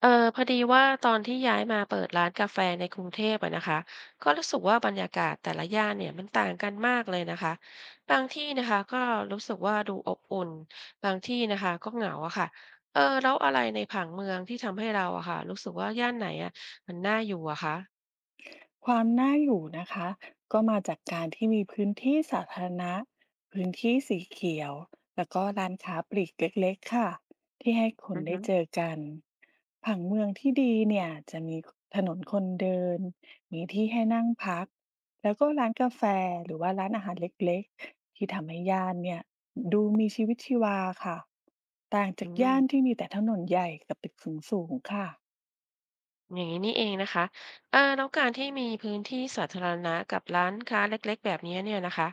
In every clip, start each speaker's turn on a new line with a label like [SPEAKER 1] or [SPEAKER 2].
[SPEAKER 1] เออพอดีว่าตอนที่ย้ายมาเปิดร้านกาแฟในกรุงเทพอะนะคะก็รู้สึกว่าบรรยากาศแต่ละย่านเนี่ยมันต่างกันมากเลยนะคะบางที่นะคะก็รู้สึกว่าดูอบอุ่นบางที่นะคะก็เหงาอะค่ะแล้วอะไรในผังเมืองที่ทำให้เราอะค่ะรู้สึกว่าย่านไหนอะมันน่าอยู่อะคะ
[SPEAKER 2] ความน่าอยู่นะคะก็มาจากการที่มีพื้นที่สาธารณะพื้นที่สีเขียวแล้วก็ร้านค้าปลีกเล็กๆค่ะที่ให้คน
[SPEAKER 1] อือ
[SPEAKER 2] ได้
[SPEAKER 1] ฮึ
[SPEAKER 2] เจอกันผังเมืองที่ดีเนี่ยจะมีถนนคนเดินมีที่ให้นั่งพักแล้วก็ร้านกาแฟหรือว่าร้านอาหารเล็กๆที่ทำให้ย่านเนี่ยดูมีชีวิตชีวาค่ะต่าง
[SPEAKER 1] อื
[SPEAKER 2] จากย่าน
[SPEAKER 1] ม
[SPEAKER 2] ที่มีแต่ถนนใหญ่กับตึกสูงๆค่ะ
[SPEAKER 1] อย่างนี้นี่เองนะคะแล้วการที่มีพื้นที่สาธารณะกับร้านค้าเล็กๆแบบนี้เนี่ยนะคะ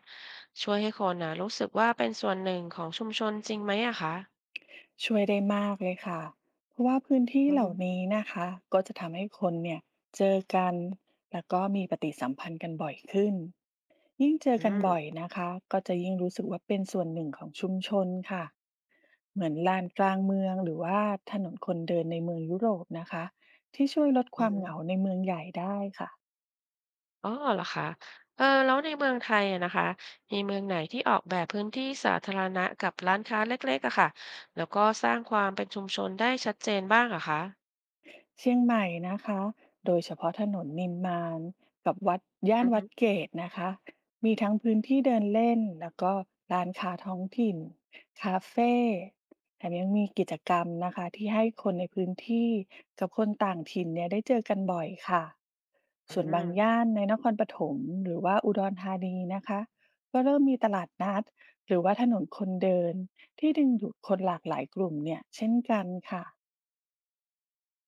[SPEAKER 1] ช่วยให้คนนะรู้สึกว่าเป็นส่วนหนึ่งของชุมชนจริงไหมอะคะ
[SPEAKER 2] ช่วยได้มากเลยค่ะ เพราะว่าพื้นที่
[SPEAKER 1] อือ
[SPEAKER 2] เห
[SPEAKER 1] ฮึ
[SPEAKER 2] ล่านี้นะคะก็จะทำให้คนเนี่ยเจอกันแล้วก็มีปฏิสัมพันธ์กันบ่อยขึ้นยิ่งเจอ
[SPEAKER 1] อื
[SPEAKER 2] กันบ่อย
[SPEAKER 1] ม
[SPEAKER 2] นะคะก็จะยิ่งรู้สึกว่าเป็นส่วนหนึ่งของชุมชนค่ะเหมือนลานกลางเมืองหรือว่าถนนคนเดินในเมืองยุโรปนะคะที่ช่วยลดค
[SPEAKER 1] อือ
[SPEAKER 2] วาม
[SPEAKER 1] ฮึ
[SPEAKER 2] เหงาในเมืองใหญ่ได้ค่ะ
[SPEAKER 1] อ๋อเหรอคะแล้วในเมืองไทยอะนะคะ มีเมืองไหนที่ออกแบบพื้นที่สาธารณะกับร้านค้าเล็กๆอะค่ะแล้วก็สร้างความเป็นชุมชนได้ชัดเจนบ้างอะคะ
[SPEAKER 2] เชียงใหม่นะคะโดยเฉพาะถนนนิมมานกับวัดย่าน
[SPEAKER 1] อือ
[SPEAKER 2] วั
[SPEAKER 1] ฮึ
[SPEAKER 2] ดเกตนะคะมีทั้งพื้นที่เดินเล่นแล้วก็ร้านค้าท้องถิ่นคาเฟ่แถมยังมีกิจกรรมนะคะที่ให้คนในพื้นที่กับคนต่างถิ่นเนี่ยได้เจอกันบ่อยค่ะ
[SPEAKER 1] อื
[SPEAKER 2] ส่วนบาง
[SPEAKER 1] ม
[SPEAKER 2] ย่านในนครปฐมหรือว่าอุดรธานีนะคะก็เริ่มมีตลาดนัดหรือว่าถนนคนเดินที่ดึงดูดคนหลากหลายกลุ่มเนี่ยเช่นกันค่ะ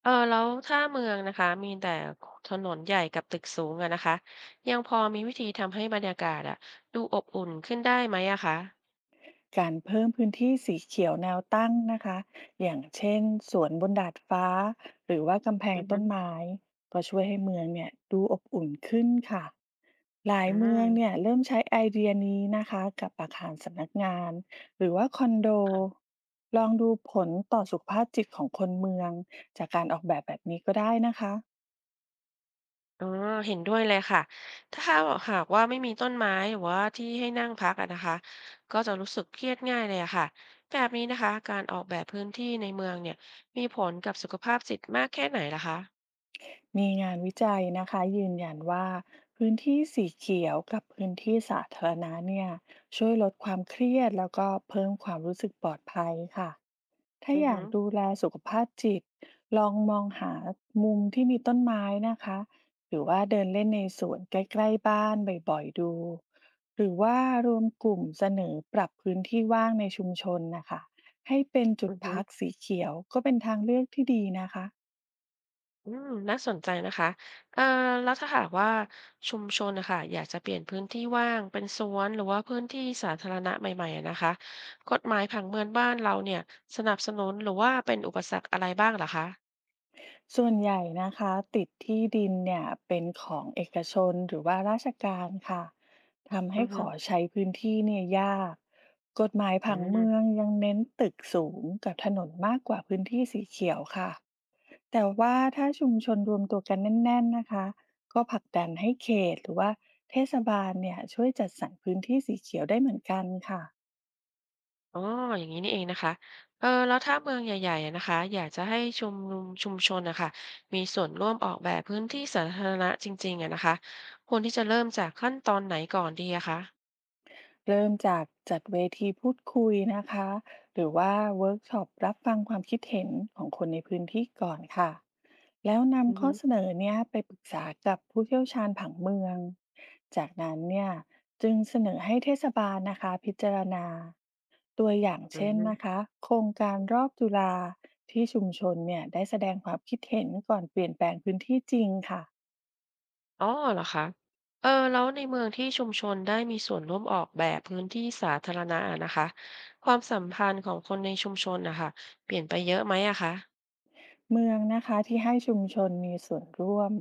[SPEAKER 1] แล้วถ้าเมืองนะคะมีแต่คถนนใหญ่กับตึกสูงอะนะคะ ยังพอมีวิธีทำให้บรรยากาศอะดูอบอุ่นขึ้นได้ไหมอะคะ
[SPEAKER 2] การเพิ่มพื้นที่สีเขียวแนวตั้งนะคะอย่างเช่นสวนบนดาดฟ้าหรือว่ากำแพง
[SPEAKER 1] อือฮึ
[SPEAKER 2] ต้นไม้ ก็ช่วยให้เมืองเนี่ยดูอบอุ่นขึ้นค่ะ หลา
[SPEAKER 1] อื
[SPEAKER 2] ยเมืองเนี่
[SPEAKER 1] ม
[SPEAKER 2] ยเริ่มใช้ไอเดียนี้นะคะกับอาคารสำนักงานหรือว่าคอนโด
[SPEAKER 1] ค่ะ
[SPEAKER 2] ลองดูผลต่อสุขภาพจิตของคนเมืองจากการออกแบบแบบนี้ก็ได้นะคะ
[SPEAKER 1] อ๋อเห็นด้วยเลยค่ะถ้าหากว่าไม่มีต้นไม้หรือว่าที่ให้นั่งพักอะนะคะ ก็จะรู้สึกเครียดง่ายเลยอะค่ะแบบนี้นะคะการออกแบบพื้นที่ในเมืองเนี่ยมีผลกับสุขภาพจิตมากแค่ไหนล่ะคะ
[SPEAKER 2] มีงานวิจัยนะคะยืนยันว่าพื้นที่สีเขียวกับพื้นที่สาธารณะเนี่ยช่วยลดความเครียดแล้วก็เพิ่มความรู้สึกปลอดภัยค่ะถ้า
[SPEAKER 1] อือ
[SPEAKER 2] อยา
[SPEAKER 1] ฮึ
[SPEAKER 2] กดูแลสุขภาพจิตลองมองหามุมที่มีต้นไม้นะคะหรือว่าเดินเล่นในสวนใกล้ๆบ้านบ่อยๆดูหรือว่ารวมกลุ่มเสนอปรับพื้นที่ว่างในชุมชนนะคะให้เป็นจุ
[SPEAKER 1] อื
[SPEAKER 2] ด
[SPEAKER 1] อฮึ
[SPEAKER 2] พักสีเขียวก็เป็นทางเลือกที่ดีนะคะ
[SPEAKER 1] อืมน่าสนใจนะคะเอ่อแล้วถ้าหากว่าชุมชนนะคะอยากจะเปลี่ยนพื้นที่ว่างเป็นสวนหรือว่าพื้นที่สาธารณะใหม่ๆอะนะคะกฎหมายผังเมืองบ้านเราเนี่ยสนับสนุนหรือว่าเป็นอุปสรรคอะไรบ้างเหรอคะ
[SPEAKER 2] ส่วนใหญ่นะคะติดที่ดินเนี่ยเป็นของเอกชนหรือว่าราชการค่ะทำ
[SPEAKER 1] อื
[SPEAKER 2] ให้
[SPEAKER 1] อ
[SPEAKER 2] ข
[SPEAKER 1] ฮึ
[SPEAKER 2] อใช้พื้นที่เนี่ยยากกฎหมาย
[SPEAKER 1] อื
[SPEAKER 2] ผัง
[SPEAKER 1] ม
[SPEAKER 2] เมืองยังเน้นตึกสูงกับถนนมากกว่าพื้นที่สีเขียวค่ะแต่ว่าถ้าชุมชนรวมตัวกันแน่นๆนะคะก็ผลักดันให้เขตหรือว่าเทศบาลเนี่ยช่วยจัดสรรพื้นที่สีเขียวได้เหมือนกันค่ะ
[SPEAKER 1] อ๋ออย่างนี้นี่เองนะคะแล้วถ้าเมืองใหญ่ๆอะนะคะอยากจะให้ชุมชนนะคะมีส่วนร่วมออกแบบพื้นที่สาธารณะจริงๆอะนะคะควรที่จะเริ่มจากขั้นตอนไหนก่อนดีอะคะ
[SPEAKER 2] เริ่มจากจัดเวทีพูดคุยนะคะหรือว่าเวิร์กช็อปรับฟังความคิดเห็นของคนในพื้นที่ก่อนค่ะแล้ว
[SPEAKER 1] อือ
[SPEAKER 2] นำข้
[SPEAKER 1] ฮึ
[SPEAKER 2] อเสนอเนี่ยไปปรึกษากับผู้เชี่ยวชาญผังเมืองจากนั้นเนี่ยจึงเสนอให้เทศบาลนะคะพิจารณาตัวอย่าง
[SPEAKER 1] อื
[SPEAKER 2] เช่น
[SPEAKER 1] ม
[SPEAKER 2] นะคะโครงการรอบจุฬาที่ชุมชนเนี่ยได้แสดงความคิดเห็นก่อนเปลี่ยนแปลงพื้นที่จริงค่ะ
[SPEAKER 1] อ๋อเหรอคะแล้วในเมืองที่ชุมชนได้มีส่วนร่วมออกแบบพื้นที่สาธารณะอะนะคะความสัมพันธ์ของคนในชุมชนนะคะเปลี่ยนไปเยอะไหมอะคะ
[SPEAKER 2] เมืองนะคะที่ให้ชุมชนมีส่วนร่วม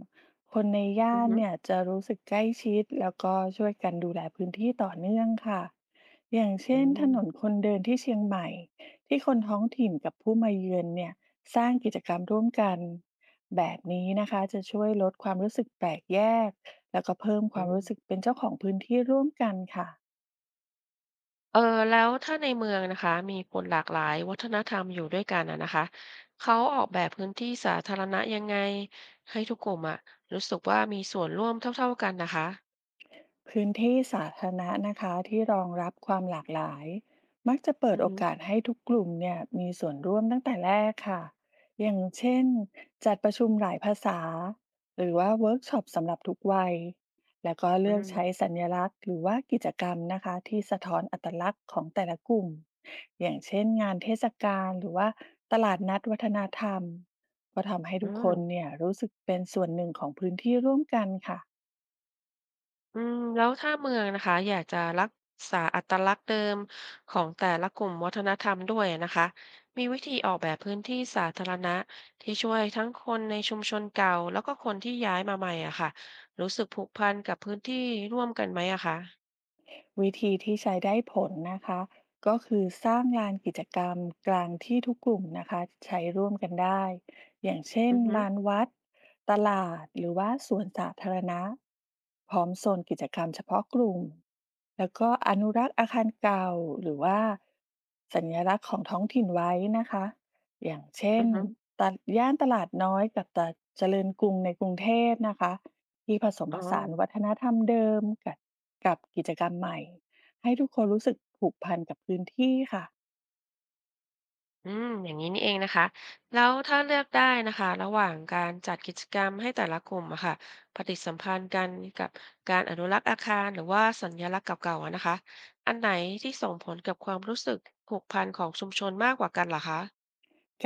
[SPEAKER 2] คนในย่า
[SPEAKER 1] อือ
[SPEAKER 2] น
[SPEAKER 1] ฮึ
[SPEAKER 2] เนี่ยจะรู้สึกใกล้ชิดแล้วก็ช่วยกันดูแลพื้นที่ต่อเนื่องค่ะอย่าง
[SPEAKER 1] อื
[SPEAKER 2] เช่นถนน
[SPEAKER 1] ม
[SPEAKER 2] คนเดินที่เชียงใหม่ที่คนท้องถิ่นกับผู้มาเยือนเนี่ยสร้างกิจกรรมร่วมกันแบบนี้นะคะจะช่วยลดความรู้สึกแปลกแยกแล้วก็เพิ่มค
[SPEAKER 1] อื
[SPEAKER 2] วาม
[SPEAKER 1] ม
[SPEAKER 2] รู้สึกเป็นเจ้าของพื้นที่ร่วมกันค่ะ
[SPEAKER 1] เออแล้วถ้าในเมืองนะคะมีคนหลากหลายวัฒนธรรมอยู่ด้วยกันอะนะคะเขาออกแบบพื้นที่สาธารณะยังไงให้ทุกกลุ่มอะรู้สึกว่ามีส่วนร่วมเท่าๆกันนะคะ
[SPEAKER 2] พื้นที่สาธารณะนะคะที่รองรับความหลากหลายมักจะเปิ
[SPEAKER 1] อื
[SPEAKER 2] ด
[SPEAKER 1] อ
[SPEAKER 2] โอ
[SPEAKER 1] ฮึ
[SPEAKER 2] กาสให้ทุกกลุ่มเนี่ยมีส่วนร่วมตั้งแต่แรกค่ะอย่างเช่นจัดประชุมหลายภาษาหรือว่าเวิร์กช็อปสำหรับทุกวัยแล้วก็
[SPEAKER 1] อื
[SPEAKER 2] เลือกใช้
[SPEAKER 1] ม
[SPEAKER 2] สัญลักษณ์หรือว่ากิจกรรมนะคะที่สะท้อนอัตลักษณ์ของแต่ละกลุ่มอย่างเช่นงานเทศกาลหรือว่าตลาดนัดวัฒนธรรมก็ทำให้
[SPEAKER 1] อื
[SPEAKER 2] ทุกคน
[SPEAKER 1] ม
[SPEAKER 2] เนี่ยรู้สึกเป็นส่วนหนึ่งของพื้นที่ร่วมกันค่ะ
[SPEAKER 1] อืมแล้วถ้าเมืองนะคะอยากจะรักษาอัตลักษณ์เดิมของแต่ละกลุ่มวัฒนธรรมด้วยนะคะมีวิธีออกแบบพื้นที่สาธารณะที่ช่วยทั้งคนในชุมชนเก่าแล้วก็คนที่ย้ายมาใหม่อะค่ะรู้สึกผูกพันกับพื้นที่ร่วมกันไหมอะคะ
[SPEAKER 2] วิธีที่ใช้ได้ผลนะคะก็คือสร้างลานกิจกรรมกลางที่ทุกกลุ่มนะคะใช้ร่วมกันได้อย่างเช่น
[SPEAKER 1] อือฮึ
[SPEAKER 2] ลานวัดตลาดหรือว่าสวนสาธารณะพร้อมโซนกิจกรรมเฉพาะกลุ่มแล้วก็อนุรักษ์อาคารเก่าหรือว่าสัญลักษณ์ของท้องถิ่นไว้นะคะอย่างเช่
[SPEAKER 1] อื
[SPEAKER 2] น
[SPEAKER 1] อฮึ
[SPEAKER 2] ตลดย่านตลาดน้อยกับตลาดเจริญกรุงในกรุงเทพนะคะ ที่ผสม
[SPEAKER 1] อ๋
[SPEAKER 2] ผ
[SPEAKER 1] อ
[SPEAKER 2] สานวัฒนธรรมเดิมกับกิจกรรมใหม่ให้ทุกคนรู้สึกผูกพันกับพื้นที่ค่ะ
[SPEAKER 1] อืม อย่างนี้นี่เองนะคะ แล้วถ้าเลือกได้นะคะระหว่างการจัดกิจกรรมให้แต่ละกลุ่มอะค่ะปฏิสัมพันธ์กันกับการอนุรักษ์อาคารหรือว่าสัญลักษณ์เก่าๆอะนะคะ อันไหนที่ส่งผลกับความรู้สึกผูกพันของชุมชนมากกว่ากันเหรอคะ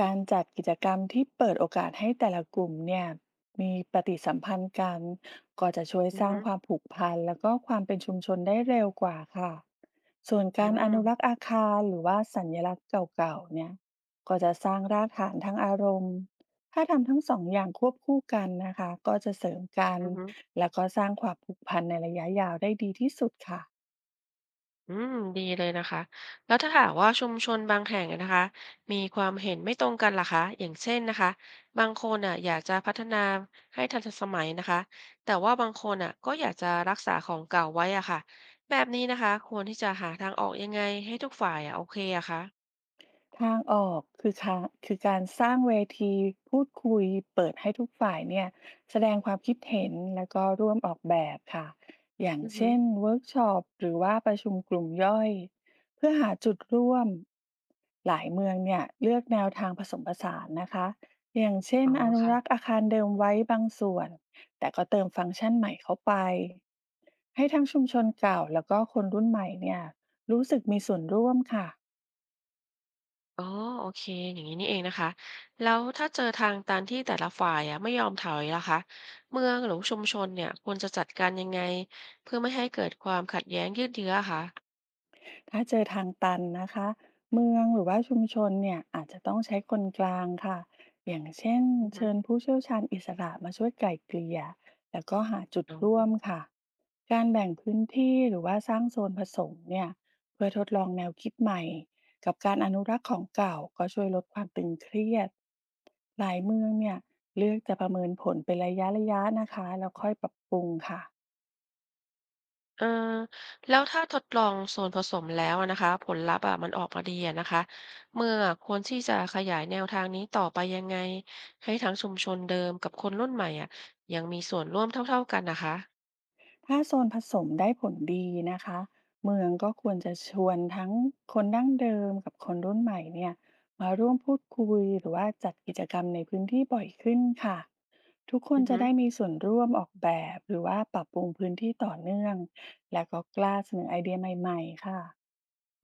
[SPEAKER 2] การจัดกิจกรรมที่เปิดโอกาสให้แต่ละกลุ่มเนี่ยมีปฏิสัมพันธ์กันก็จะช่วย
[SPEAKER 1] อือ
[SPEAKER 2] สร้าง
[SPEAKER 1] ฮึ
[SPEAKER 2] ความผูกพันแล้วก็ความเป็นชุมชนได้เร็วกว่าค่ะส่วน
[SPEAKER 1] อื
[SPEAKER 2] การอ
[SPEAKER 1] ม
[SPEAKER 2] นุรักษ์อาคารหรือว่าสัญลักษณ์เก่าๆเนี่ยก็จะสร้างรากฐานทางอารมณ์ถ้าทำทั้งสองอย่างควบคู่กันนะคะก็จะเสริมกัน
[SPEAKER 1] อือฮึ
[SPEAKER 2] แล้วก็สร้างความผูกพันในระยะยาวได้ดีที่สุดค่ะ
[SPEAKER 1] อืมดีเลยนะคะแล้วถ้าหากว่าชุมชนบางแห่งอะนะคะมีความเห็นไม่ตรงกันล่ะคะอย่างเช่นนะคะบางคนอ่ะอยากจะพัฒนาให้ทันสมัยนะคะแต่ว่าบางคนอ่ะก็อยากจะรักษาของเก่าไว้อ่ะค่ะแบบนี้นะคะควรที่จะหาทางออกยังไงให้ทุกฝ่ายอ่ะโอเคอะคะ
[SPEAKER 2] ทางออกคือการสร้างเวทีพูดคุยเปิดให้ทุกฝ่ายเนี่ยแสดงความคิดเห็นแล้วก็ร่วมออกแบบค่ะอย่าง
[SPEAKER 1] อือฮึ
[SPEAKER 2] เช่นเวิร์กช็อปหรือว่าประชุมกลุ่มย่อยเพื่อหาจุดร่วมหลายเมืองเนี่ยเลือกแนวทางผสมผสานนะคะอย่างเช่น
[SPEAKER 1] อ๋อ
[SPEAKER 2] อนุรักษ์
[SPEAKER 1] ค่ะ
[SPEAKER 2] อาคารเดิมไว้บางส่วนแต่ก็เติมฟังก์ชันใหม่เข้าไปให้ทั้งชุมชนเก่าแล้วก็คนรุ่นใหม่เนี่ยรู้สึกมีส่วนร่วมค่ะ
[SPEAKER 1] อ๋อโอเคอย่างนี้นี่เองนะคะแล้วถ้าเจอทางตันที่แต่ละฝ่ายอะไม่ยอมถอยล่ะคะเมืองหรือชุมชนเนี่ยควรจะจัดการยังไงเพื่อไม่ให้เกิดความขัดแย้งยืดเยื้ออะคะ
[SPEAKER 2] ถ้าเจอทางตันนะคะเมืองหรือว่าชุมชนเนี่ยอาจจะต้องใช้คนกลางค่ะอย่างเช่น
[SPEAKER 1] อือฮึ
[SPEAKER 2] เชิญผู้เชี่ยวชาญอิสระมาช่วยไกล่เกลี่ยแล้วก็หาจุด
[SPEAKER 1] อ๋อ
[SPEAKER 2] ร่วมค่ะการแบ่งพื้นที่หรือว่าสร้างโซนผสมเนี่ยเพื่อทดลองแนวคิดใหม่กับการอนุรักษ์ของเก่าก็ช่วยลดความตึงเครียดหลายเมืองเนี่ยเลือกจะประเมินผลเป็นระยะนะคะแล้วค่อยปรับปรุงค่ะ
[SPEAKER 1] เออแล้วถ้าทดลองส่วนผสมแล้วอะนะคะผลลัพธ์อะมันออกมาดีอะนะคะเมื่อควรที่จะขยายแนวทางนี้ต่อไปยังไงให้ทั้งชุมชนเดิมกับคนรุ่นใหม่อะยังมีส่วนร่วมเท่าๆกันนะคะ
[SPEAKER 2] ถ้าโซนผสมได้ผลดีนะคะเมืองก็ควรจะชวนทั้งคนดั้งเดิมกับคนรุ่นใหม่เนี่ยมาร่วมพูดคุยหรือว่าจัดกิจกรรมในพื้นที่บ่อยขึ้นค่ะทุกคน
[SPEAKER 1] อือ
[SPEAKER 2] จะ
[SPEAKER 1] ฮึ
[SPEAKER 2] ได้มีส่วนร่วมออกแบบหรือว่าปรับปรุงพื้นที่ต่อเนื่องและก็กล้าเสนอไอเดียใหม่ๆค่ะ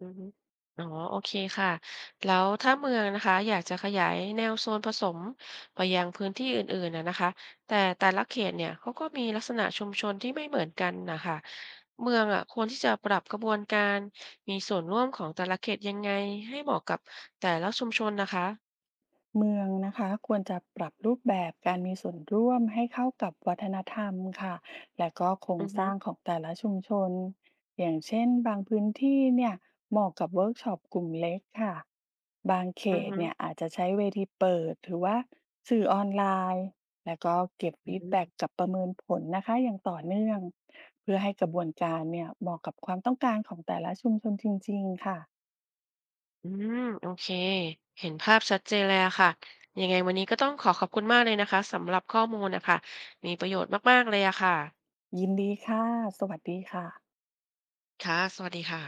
[SPEAKER 1] อือฮึอ๋อโอเคค่ะแล้วถ้าเมืองนะคะอยากจะขยายแนวโซนผสมไปยังพื้นที่อื่นๆนะนะคะแต่ละเขตเนี่ยเขาก็มีลักษณะชุมชนที่ไม่เหมือนกันนะค่ะเมืองอะควรที่จะปรับกระบวนการมีส่วนร่วมของแต่ละเขตยังไงให้เหมาะกับแต่ละชุมชนนะคะ
[SPEAKER 2] เมืองนะคะควรจะปรับรูปแบบการมีส่วนร่วมให้เข้ากับวัฒนธรรมค่ะและก็โคร
[SPEAKER 1] อื
[SPEAKER 2] ง
[SPEAKER 1] อ
[SPEAKER 2] ส
[SPEAKER 1] ฮึ
[SPEAKER 2] ร้างของแต่ละชุมชนอย่างเช่นบางพื้นที่เนี่ยเหมาะกับเวิร์กช็อปกลุ่มเล็กค่ะบางเข
[SPEAKER 1] อือ
[SPEAKER 2] ต
[SPEAKER 1] ฮึ
[SPEAKER 2] เนี่ยอาจจะใช้เวทีเปิดหรือว่าสื่อออนไลน์แล้วก็เก็บ
[SPEAKER 1] อื
[SPEAKER 2] ฟีด
[SPEAKER 1] ม
[SPEAKER 2] แบ็กกับประเมินผลนะคะอย่างต่อเนื่องเพื่อให้กระบวนการเนี่ยเหมาะกับความต้องการของแต่ละชุมชนจริงๆค่ะ
[SPEAKER 1] อืมโอเคเห็นภาพชัดเจนเลยอะค่ะยังไงวันนี้ก็ต้องขอขอบคุณมากเลยนะคะสำหรับข้อมูลน่ะคะมีประโยชน์มากๆเลยอะค่ะ
[SPEAKER 2] ยินดีค่ะสวัสดีค่ะ
[SPEAKER 1] ค่ะสวัสดีค่ะ